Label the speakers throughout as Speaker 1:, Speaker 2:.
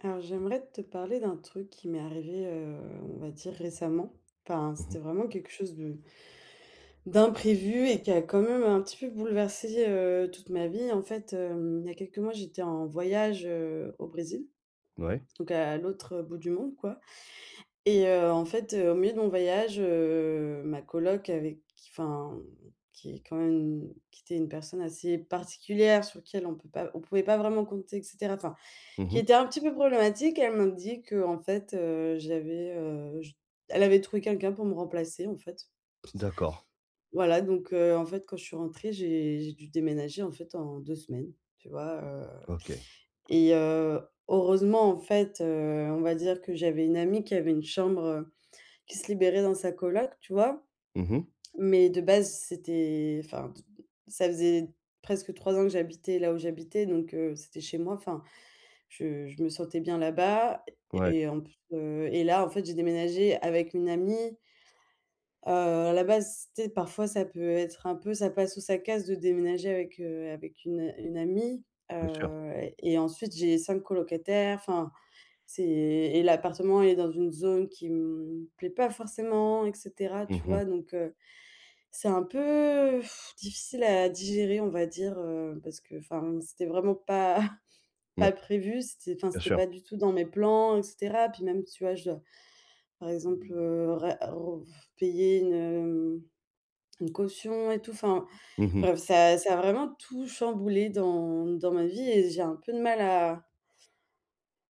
Speaker 1: Alors, j'aimerais te parler d'un truc qui m'est arrivé, on va dire récemment. Enfin,
Speaker 2: Mmh mh.
Speaker 1: c'était vraiment quelque chose de d'imprévu et qui a quand même un petit peu bouleversé, toute ma vie. En fait, il y a quelques mois, j'étais en voyage, au Brésil,
Speaker 2: Ouais.
Speaker 1: donc à l'autre bout du monde, quoi. Et en fait, au milieu de mon voyage, ma coloc avec enfin, qui est quand même qui était une personne assez particulière sur qui on pouvait pas vraiment compter et cetera. Enfin,
Speaker 2: Mmh
Speaker 1: qui
Speaker 2: mh.
Speaker 1: était un petit peu problématique. Elle m'a dit que en fait, j'avais, j elle avait trouvé quelqu'un pour me remplacer, en fait.
Speaker 2: D'accord.
Speaker 1: Voilà, donc en fait, quand je suis rentrée, j'ai dû déménager, en fait, en 2 semaines, tu vois?
Speaker 2: OK.
Speaker 1: Et heu, heureusement, en fait, on va dire que j'avais une amie qui avait une chambre, qui se libérait dans sa coloc, tu vois?
Speaker 2: Mmh mh.
Speaker 1: Mais de base, c'était enfin, d ça faisait presque 3 ans que j'habitais là où j'habitais, donc c'était chez moi. Enfin, Je me sentais bien là-bas
Speaker 2: Ouais,
Speaker 1: et en plus, et là, en fait, j'ai déménagé avec une amie. À la base, tu sais, parfois, ça peut être un peu ça passe ou ça casse de déménager avec, avec une amie,
Speaker 2: bien sûr.
Speaker 1: heu et ensuite, j'ai 5 colocataires, enfin, c'est et l'appartement est dans une zone qui me plaît pas forcément et cetera, tu
Speaker 2: Mmh mh.
Speaker 1: vois? Donc c'est un peu difficile à digérer, on va dire, parce que, enfin, c'était vraiment pas
Speaker 2: Ouais,
Speaker 1: pas prévu, c'était enfin,
Speaker 2: bien
Speaker 1: c'était
Speaker 2: sûr.
Speaker 1: pas du tout dans mes plans et cetera. Puis même, tu vois, je dois, par exemple, ré re payer une, une caution et tout. Enfin,
Speaker 2: Mmh mh.
Speaker 1: bref, ça a vraiment tout chamboulé dans ma vie et j'ai un peu de mal à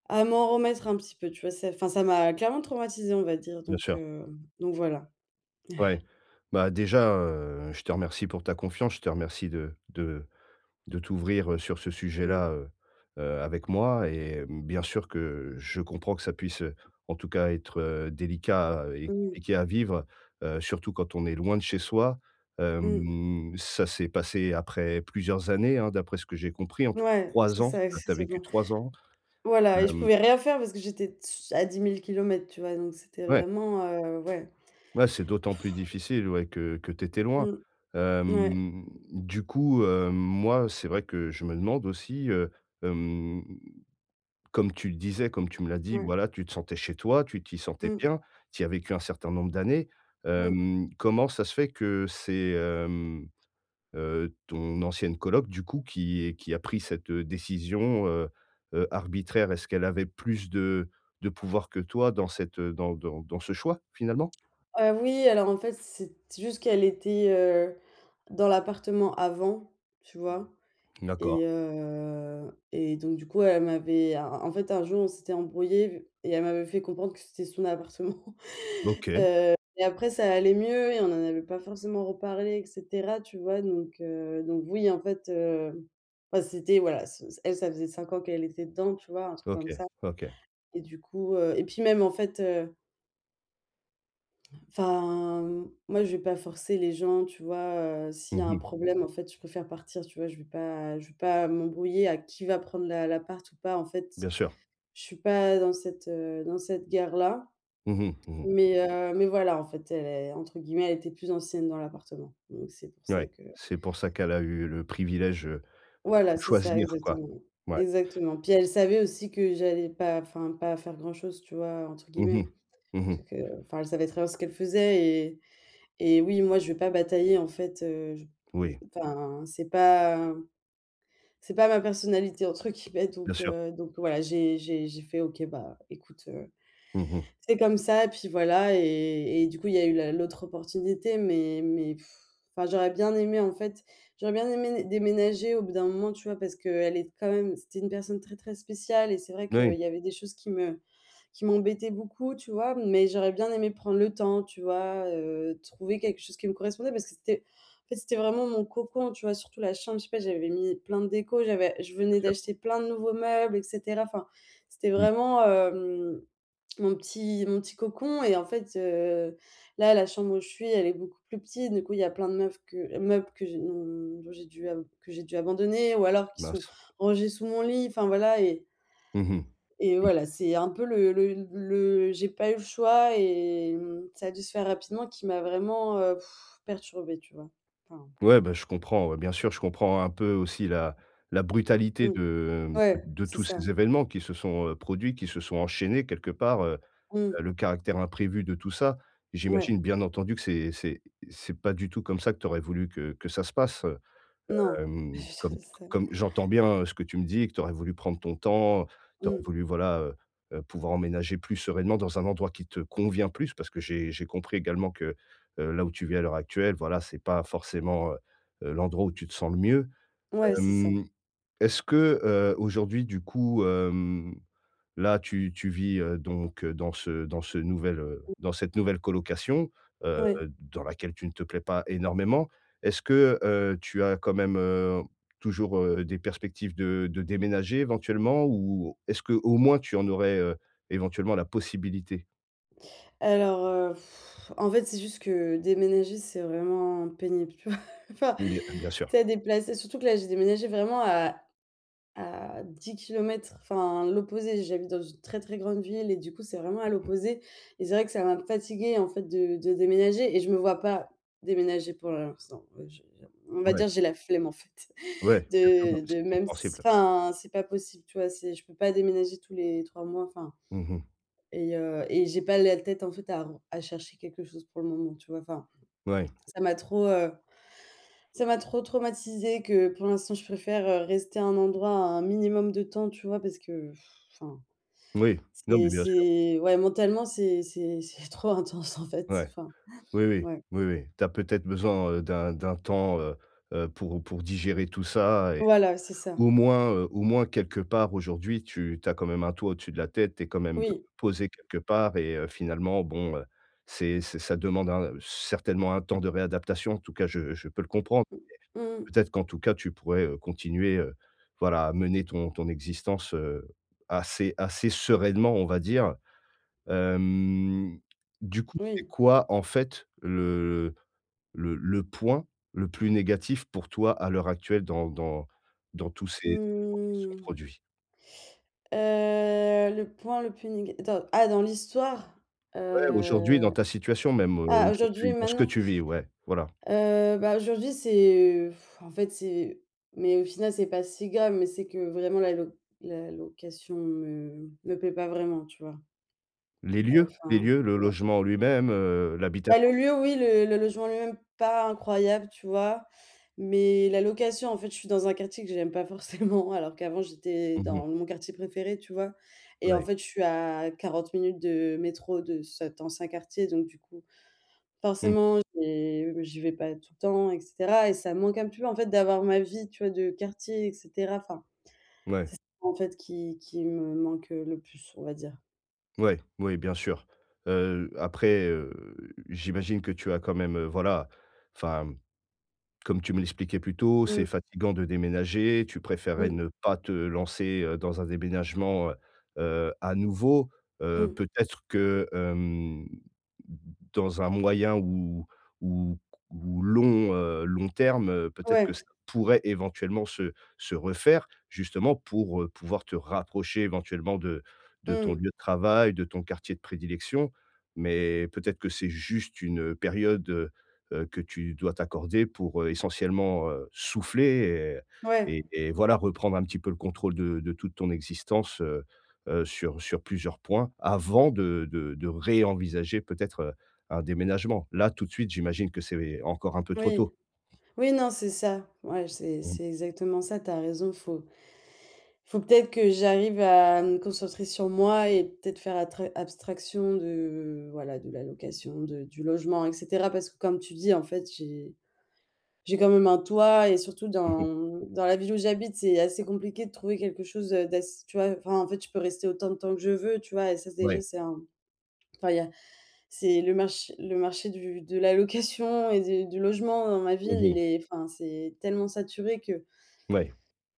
Speaker 1: à m'en remettre un petit peu, tu vois? Ça Enfin, ça m'a clairement traumatisée, on va dire,
Speaker 2: Bien
Speaker 1: donc
Speaker 2: sûr.
Speaker 1: heu, donc voilà.
Speaker 2: Ouais. Bah, déjà, je te remercie pour ta confiance. Je te remercie de t'ouvrir, sur ce
Speaker 1: Mmh.
Speaker 2: sujet-là, avec moi et mmh, bien sûr que je comprends que ça puisse, en tout cas être, délicat et
Speaker 1: Mmh.
Speaker 2: compliqué à vivre, surtout quand on est loin de chez soi.
Speaker 1: Mmh.
Speaker 2: Ça s'est passé après plusieurs années, hein, d'après ce que j'ai compris en tout cas
Speaker 1: Ouais, c'est
Speaker 2: 3 ans.
Speaker 1: ça,
Speaker 2: Tu as vécu
Speaker 1: exactement.
Speaker 2: 3 ans?
Speaker 1: Voilà et je
Speaker 2: Hem,
Speaker 1: pouvais rien faire parce que j'étais à 10 000 kilomètres, tu vois? Donc c'était
Speaker 2: ouais,
Speaker 1: vraiment, ouais.
Speaker 2: ouais, c'est d'autant plus difficile, ouais, que tu étais loin.
Speaker 1: Mmh. Ouais,
Speaker 2: Hem, du coup, moi, c'est vrai que je me demande aussi, hem, comme tu le disais, comme tu me l'as dit,
Speaker 1: ouais.
Speaker 2: voilà, tu te sentais chez toi, tu t'y sentais
Speaker 1: Mmh.
Speaker 2: bien, tu y as vécu un certain nombre d'années.
Speaker 1: Mmh.
Speaker 2: Comment ça se fait que c'est, ton ancienne coloc, du coup, qui a pris cette, décision, arbitraire? Est-ce qu'elle avait plus de pouvoir que toi dans cette, dans ce choix, finalement?
Speaker 1: Oui, alors, en fait, c'est juste qu'elle était, dans l'appartement avant, tu Mmh. vois?
Speaker 2: D'accord.
Speaker 1: Et donc du coup, elle m'avait en fait, un jour, on s'était embrouillé et elle m'avait fait comprendre que c'était son appartement.
Speaker 2: OK,
Speaker 1: Après ça allait mieux et on en avait pas forcément reparlé et cetera, tu vois? Donc oui, en fait, bah, c'était voilà, ce elle, ça faisait 5 ans qu'elle était dedans, tu vois? Un truc
Speaker 2: OK,
Speaker 1: comme ça
Speaker 2: OK.
Speaker 1: et du coup, et puis même, en fait, enfin, moi, je vais pas forcer les gens, tu vois? S'il y a un
Speaker 2: Mmh.
Speaker 1: problème, en fait, je préfère partir, tu vois? Je vais pas m'embrouiller à qui va prendre la part ou pas. En fait,
Speaker 2: Bien sûr.
Speaker 1: je suis pas dans cette guerre-là.
Speaker 2: Mmh mh, mmh.
Speaker 1: Mais voilà, en fait, elle est entre guillemets, «elle était plus ancienne dans l'appartement». Donc c'est pour ça
Speaker 2: Ouais,
Speaker 1: que
Speaker 2: c'est pour ça qu'elle a eu le privilège,
Speaker 1: voilà,
Speaker 2: de
Speaker 1: c'est ça,
Speaker 2: choisir quoi.
Speaker 1: exactement.
Speaker 2: Ouais.
Speaker 1: Exactement. Puis elle savait aussi que j'allais pas enfin, pas faire grand-chose, tu vois? Entre
Speaker 2: Mmh mh.
Speaker 1: guillemets.
Speaker 2: Mmh.
Speaker 1: C'est que enfin, elle savait très bien ce qu'elle faisait. Et oui, moi, je vais pas batailler en fait, je
Speaker 2: Oui,
Speaker 1: enfin, c'est pas ma personnalité entre guillemets
Speaker 2: bien sûr.
Speaker 1: donc voilà, j'ai fait: «OK, bah, écoute,
Speaker 2: Mmh mh.
Speaker 1: c'est comme ça» et puis voilà et du coup, il y a eu la l'autre opportunité mais enfin, j'aurais bien aimé déménager au bout d'un moment, tu vois? Parce que elle est quand même c'était une personne très, très spéciale et c'est vrai
Speaker 2: Oui, bien
Speaker 1: qu'il y avait des choses qui m'embêtaient beaucoup, tu vois? Mais j'aurais bien aimé prendre le temps, tu vois? Trouver quelque chose qui me correspondait parce que c'était vraiment mon cocon, tu vois? Surtout la chambre, je sais pas, j'avais mis plein de déco, j'avais je venais
Speaker 2: sûr.
Speaker 1: d'acheter plein de nouveaux meubles et cetera. Enfin, c'était
Speaker 2: Mmh.
Speaker 1: vraiment, mon petit cocon et en fait, là, la chambre où je suis, elle est beaucoup plus petite. Du coup, il y a plein de meubles que j'ai dont j'ai dû ab que j'ai dû abandonner ou alors qui sont
Speaker 2: Mince.
Speaker 1: rangés sous mon lit, enfin voilà
Speaker 2: Mmh.
Speaker 1: et
Speaker 2: Mmh.
Speaker 1: voilà, c'est un peu le j'ai pas eu le choix et ça a dû se faire rapidement qui m'a vraiment, perturbée, tu vois? Enfin,
Speaker 2: Ouais, bah, je comprends, ouais, bien sûr, je comprends un peu aussi la brutalité
Speaker 1: mmh,
Speaker 2: de,
Speaker 1: ouais,
Speaker 2: de
Speaker 1: c'est
Speaker 2: tous
Speaker 1: ça.
Speaker 2: ces événements qui se sont, produits, qui se sont enchaînés quelque part,
Speaker 1: Mmh,
Speaker 2: le caractère imprévu de tout ça.
Speaker 1: ouais,
Speaker 2: J'imagine bien entendu que c'est pas du tout comme ça que tu aurais voulu que ça se passe.
Speaker 1: non,
Speaker 2: Hem, comme
Speaker 1: c'est ça.
Speaker 2: comme j'entends bien, ce que tu me dis que tu aurais voulu prendre ton temps, tu aurais
Speaker 1: Mmh,
Speaker 2: voulu, voilà, pouvoir emménager plus sereinement dans un endroit qui te convient plus parce que j'ai compris également que, là où tu vis à l'heure actuelle, voilà, c'est pas forcément, l'endroit où tu te sens le mieux.
Speaker 1: ouais, c'est ça,
Speaker 2: Hem Est-ce que, aujourd'hui, du coup, là, tu vis, dans dans cette nouvelle colocation, heu,
Speaker 1: ouais.
Speaker 2: dans laquelle tu ne te plais pas énormément. Est-ce que, tu as quand même, toujours, des perspectives de déménager éventuellement? Ou est-ce que au moins tu en aurais, éventuellement la possibilité?
Speaker 1: Alors, en fait, c'est juste que déménager, c'est vraiment pénible, tu vois? Enfin, tu
Speaker 2: Bien sûr.
Speaker 1: sais, à déplacer surtout que là, j'ai déménagé vraiment À 10 kilomètres, enfin l'opposé, j'habite dans une très, très grande ville et du coup, c'est vraiment à l'opposé et c'est vrai que ça m'a me en fait, de déménager et je me vois pas déménager pour l'instant. Je on va
Speaker 2: Ouais,
Speaker 1: dire, j'ai la flemme, en fait,
Speaker 2: ouais, bien sûr, non, mais c'est
Speaker 1: de même s
Speaker 2: compréhensible.
Speaker 1: enfin, c'est pas possible, tu vois? C'est je peux pas déménager tous les 3 mois, enfin
Speaker 2: Mmh.
Speaker 1: et j'ai pas la tête, en fait, à chercher quelque chose pour le moment, tu vois? Enfin,
Speaker 2: Ouais,
Speaker 1: ça m'a trop, heu ça m'a trop traumatisée que pour l'instant je préfère, rester à un endroit un minimum de temps, tu vois? Parce que enfin,
Speaker 2: oui, non, mais
Speaker 1: c'est
Speaker 2: bien sûr.
Speaker 1: c'est ouais, mentalement, c'est c'est trop intense, en fait.
Speaker 2: Ouais.
Speaker 1: Enfin,
Speaker 2: Oui, oui,
Speaker 1: ouais.
Speaker 2: oui, oui. Tu as peut-être besoin, d'un temps, pour digérer tout ça et
Speaker 1: Voilà, c'est ça.
Speaker 2: au moins quelque part aujourd'hui, tu as quand même un toit au-dessus de la tête, tu es quand même,
Speaker 1: Oui.
Speaker 2: posé quelque part et finalement bon, c'est ça demande un certainement un temps de réadaptation. En tout cas, je peux le comprendre.
Speaker 1: Mmh. Mmh.
Speaker 2: Peut-être qu'en tout cas, tu pourrais, continuer, voilà, à mener ton existence, assez assez sereinement, on va dire. Hem, du coup, c'est
Speaker 1: Oui.
Speaker 2: quoi en fait le point le plus négatif pour toi à l'heure actuelle dans tous ces événements qui se sont
Speaker 1: Mmh.
Speaker 2: produits?
Speaker 1: Le point le plus néga ah, dans l'histoire?
Speaker 2: Ouais, aujourd'hui, dans
Speaker 1: Heu,
Speaker 2: ta situation même,
Speaker 1: ah, aujourd'hui
Speaker 2: aujourd'hui,
Speaker 1: et
Speaker 2: dans ce que
Speaker 1: maintenant?
Speaker 2: tu vis, ouais, voilà.
Speaker 1: Bah, aujourd'hui, en fait, c'est mais au final, c'est pas si grave, mais c'est que vraiment la location me plaît pas vraiment, tu vois?
Speaker 2: Les
Speaker 1: Heu,
Speaker 2: lieux les
Speaker 1: enfin,
Speaker 2: lieux, le
Speaker 1: ouais.
Speaker 2: logement en lui-même,
Speaker 1: Bah, le
Speaker 2: l'habitation?
Speaker 1: lieu, oui, le logement lui-même, pas incroyable, tu vois? Mais la location, en fait, je suis dans un quartier que j'aime pas forcément, alors qu'avant, j'étais
Speaker 2: Mmh.
Speaker 1: dans mon quartier préféré, tu vois? Et en
Speaker 2: Ouais.
Speaker 1: fait, je suis à 40 minutes de métro de cet ancien quartier, donc du coup.
Speaker 2: Mmh.
Speaker 1: Forcément, j'y vais pas tout le temps et cetera et ça me manque un petit peu, en fait, d'avoir ma vie, tu vois, de quartier et cetera. Enfin,
Speaker 2: Ouais.
Speaker 1: c'est ça, en fait, qui me manque, le plus, on va dire.
Speaker 2: Ouais. Oui, bien sûr. Après, j'imagine que tu as quand même, voilà, enfin, comme tu me l'expliquais plus tôt, c'est
Speaker 1: Mmh,
Speaker 2: fatigant de déménager, tu préférerais
Speaker 1: mmh,
Speaker 2: ne pas te lancer, dans un déménagement, à nouveau.
Speaker 1: mmh.
Speaker 2: Peut-être que, dans un moyen ou ou ou long, long terme, peut-être que
Speaker 1: Ouais,
Speaker 2: ça pourrait éventuellement se refaire, justement pour, pouvoir te rapprocher éventuellement de ton
Speaker 1: mmh,
Speaker 2: lieu de travail, de ton quartier de prédilection. Mais peut-être que c'est juste une, période, que tu dois t'accorder pour, essentiellement, souffler
Speaker 1: ouais,
Speaker 2: et et voilà, reprendre un petit peu le contrôle de toute ton existence, sur plusieurs points avant de réenvisager peut-être, un déménagement. Là, tout de suite, j'imagine que c'est encore un peu trop tôt?
Speaker 1: oui. Oui, non, c'est ça. Ouais, c'est
Speaker 2: Mmh.
Speaker 1: c'est exactement ça, t'as raison, faut peut-être que j'arrive à me concentrer sur moi et peut-être faire atra abstraction de, voilà, de la location, de du logement et cetera parce que comme tu dis, en fait, j'ai quand même un toit et surtout
Speaker 2: Mmh
Speaker 1: dans la ville où j'habite, c'est assez compliqué de trouver quelque chose, d'ass tu vois? Enfin, en fait, je peux rester autant de temps que je veux, tu vois? Et ça,
Speaker 2: mmh. Ouais.
Speaker 1: déjà, c'est un enfin, il y a c'est le marché du de la location et du logement dans ma ville,
Speaker 2: Mmh
Speaker 1: il
Speaker 2: mmh.
Speaker 1: est enfin, c'est tellement saturé que
Speaker 2: Ouais.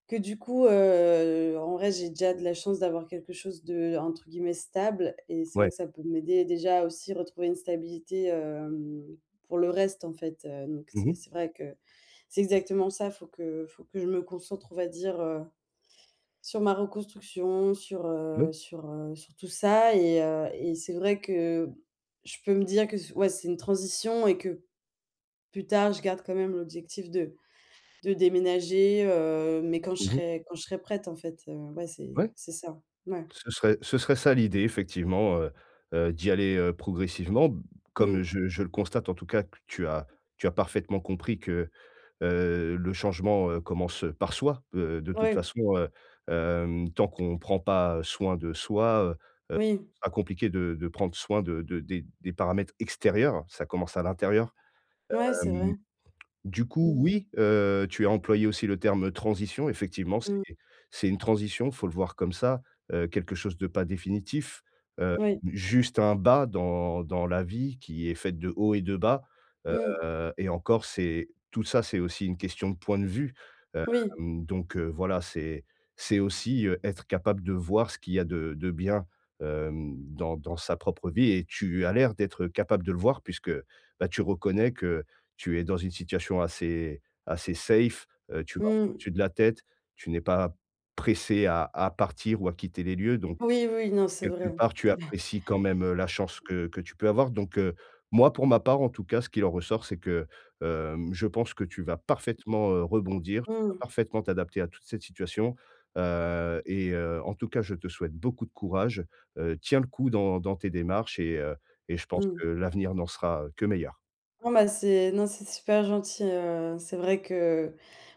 Speaker 1: que du coup, en vrai, j'ai déjà de la chance d'avoir quelque chose de entre guillemets «stable» et c'est
Speaker 2: Ouais.
Speaker 1: vrai que ça peut m'aider déjà aussi retrouver une stabilité, pour le reste en fait, donc
Speaker 2: Mmh mh.
Speaker 1: c'est vrai que c'est exactement ça. Faut que je me concentre, on va dire, sur ma reconstruction,
Speaker 2: Oui.
Speaker 1: sur tout ça et c'est vrai que je peux me dire que c ouais, c'est une transition et que plus tard, je garde quand même l'objectif de déménager, mais
Speaker 2: Mmh.
Speaker 1: quand je serai prête en fait, ouais
Speaker 2: Ouais.
Speaker 1: c'est ça. Ouais.
Speaker 2: Ce serait ça l'idée effectivement, d'y aller, progressivement. Comme
Speaker 1: Mmh.
Speaker 2: je le constate en tout cas que tu as parfaitement compris que le changement, commence, par soi. De toute
Speaker 1: Ouais,
Speaker 2: façon, tant qu'on ne prend pas soin de soi,
Speaker 1: oui.
Speaker 2: ce sera compliqué de prendre soin de des paramètres extérieurs. Ça commence à l'intérieur.
Speaker 1: Ouais, c'est
Speaker 2: Hem
Speaker 1: vrai.
Speaker 2: Du coup,
Speaker 1: Mmh.
Speaker 2: oui, tu as employé aussi le terme transition. Effectivement,
Speaker 1: Mmh.
Speaker 2: c'est une transition, faut le voir comme ça, quelque chose de pas définitif, heu,
Speaker 1: Oui.
Speaker 2: juste un bas dans la vie qui est faite de hauts et de bas,
Speaker 1: Mmh.
Speaker 2: et encore, c'est tout ça, c'est aussi une question de point de vue, hem,
Speaker 1: Oui.
Speaker 2: donc voilà, c'est aussi, être capable de voir ce qu'il y a de bien, dans sa propre vie et tu as l'air d'être capable de le voir puisque, bah, tu reconnais que tu es dans une situation assez assez safe, tu vas
Speaker 1: Mmh.
Speaker 2: au-dessus de la tête, tu n'es pas pressé à partir ou à quitter les lieux donc
Speaker 1: Oui, oui, non, c'est
Speaker 2: quelque
Speaker 1: vrai.
Speaker 2: part, tu apprécies quand même, la chance que tu peux avoir donc moi, pour ma part, en tout cas, ce qu'il en ressort, c'est que, je pense que tu vas parfaitement, rebondir, tu vas
Speaker 1: Mmh.
Speaker 2: parfaitement t'adapter à toute cette situation, et en tout cas, je te souhaite beaucoup de courage, tiens le coup dans tes démarches et je pense
Speaker 1: Mmh.
Speaker 2: que l'avenir n'en sera que meilleur.
Speaker 1: Non, bah, c'est non, c'est super gentil, c'est vrai que,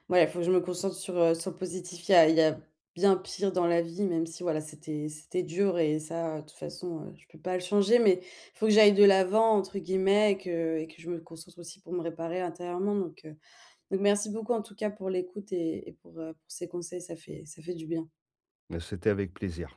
Speaker 1: voilà, il faut que je me concentre sur, sur le positif. Il y a bien pire dans la vie, même si, voilà, c'était dur et ça, de toute façon, je peux pas le changer, mais il faut que j'aille de «l'avant» entre guillemets et que je me concentre aussi pour me réparer intérieurement donc merci beaucoup en tout cas pour l'écoute et pour ces conseils, ça fait du bien.
Speaker 2: C'était avec plaisir.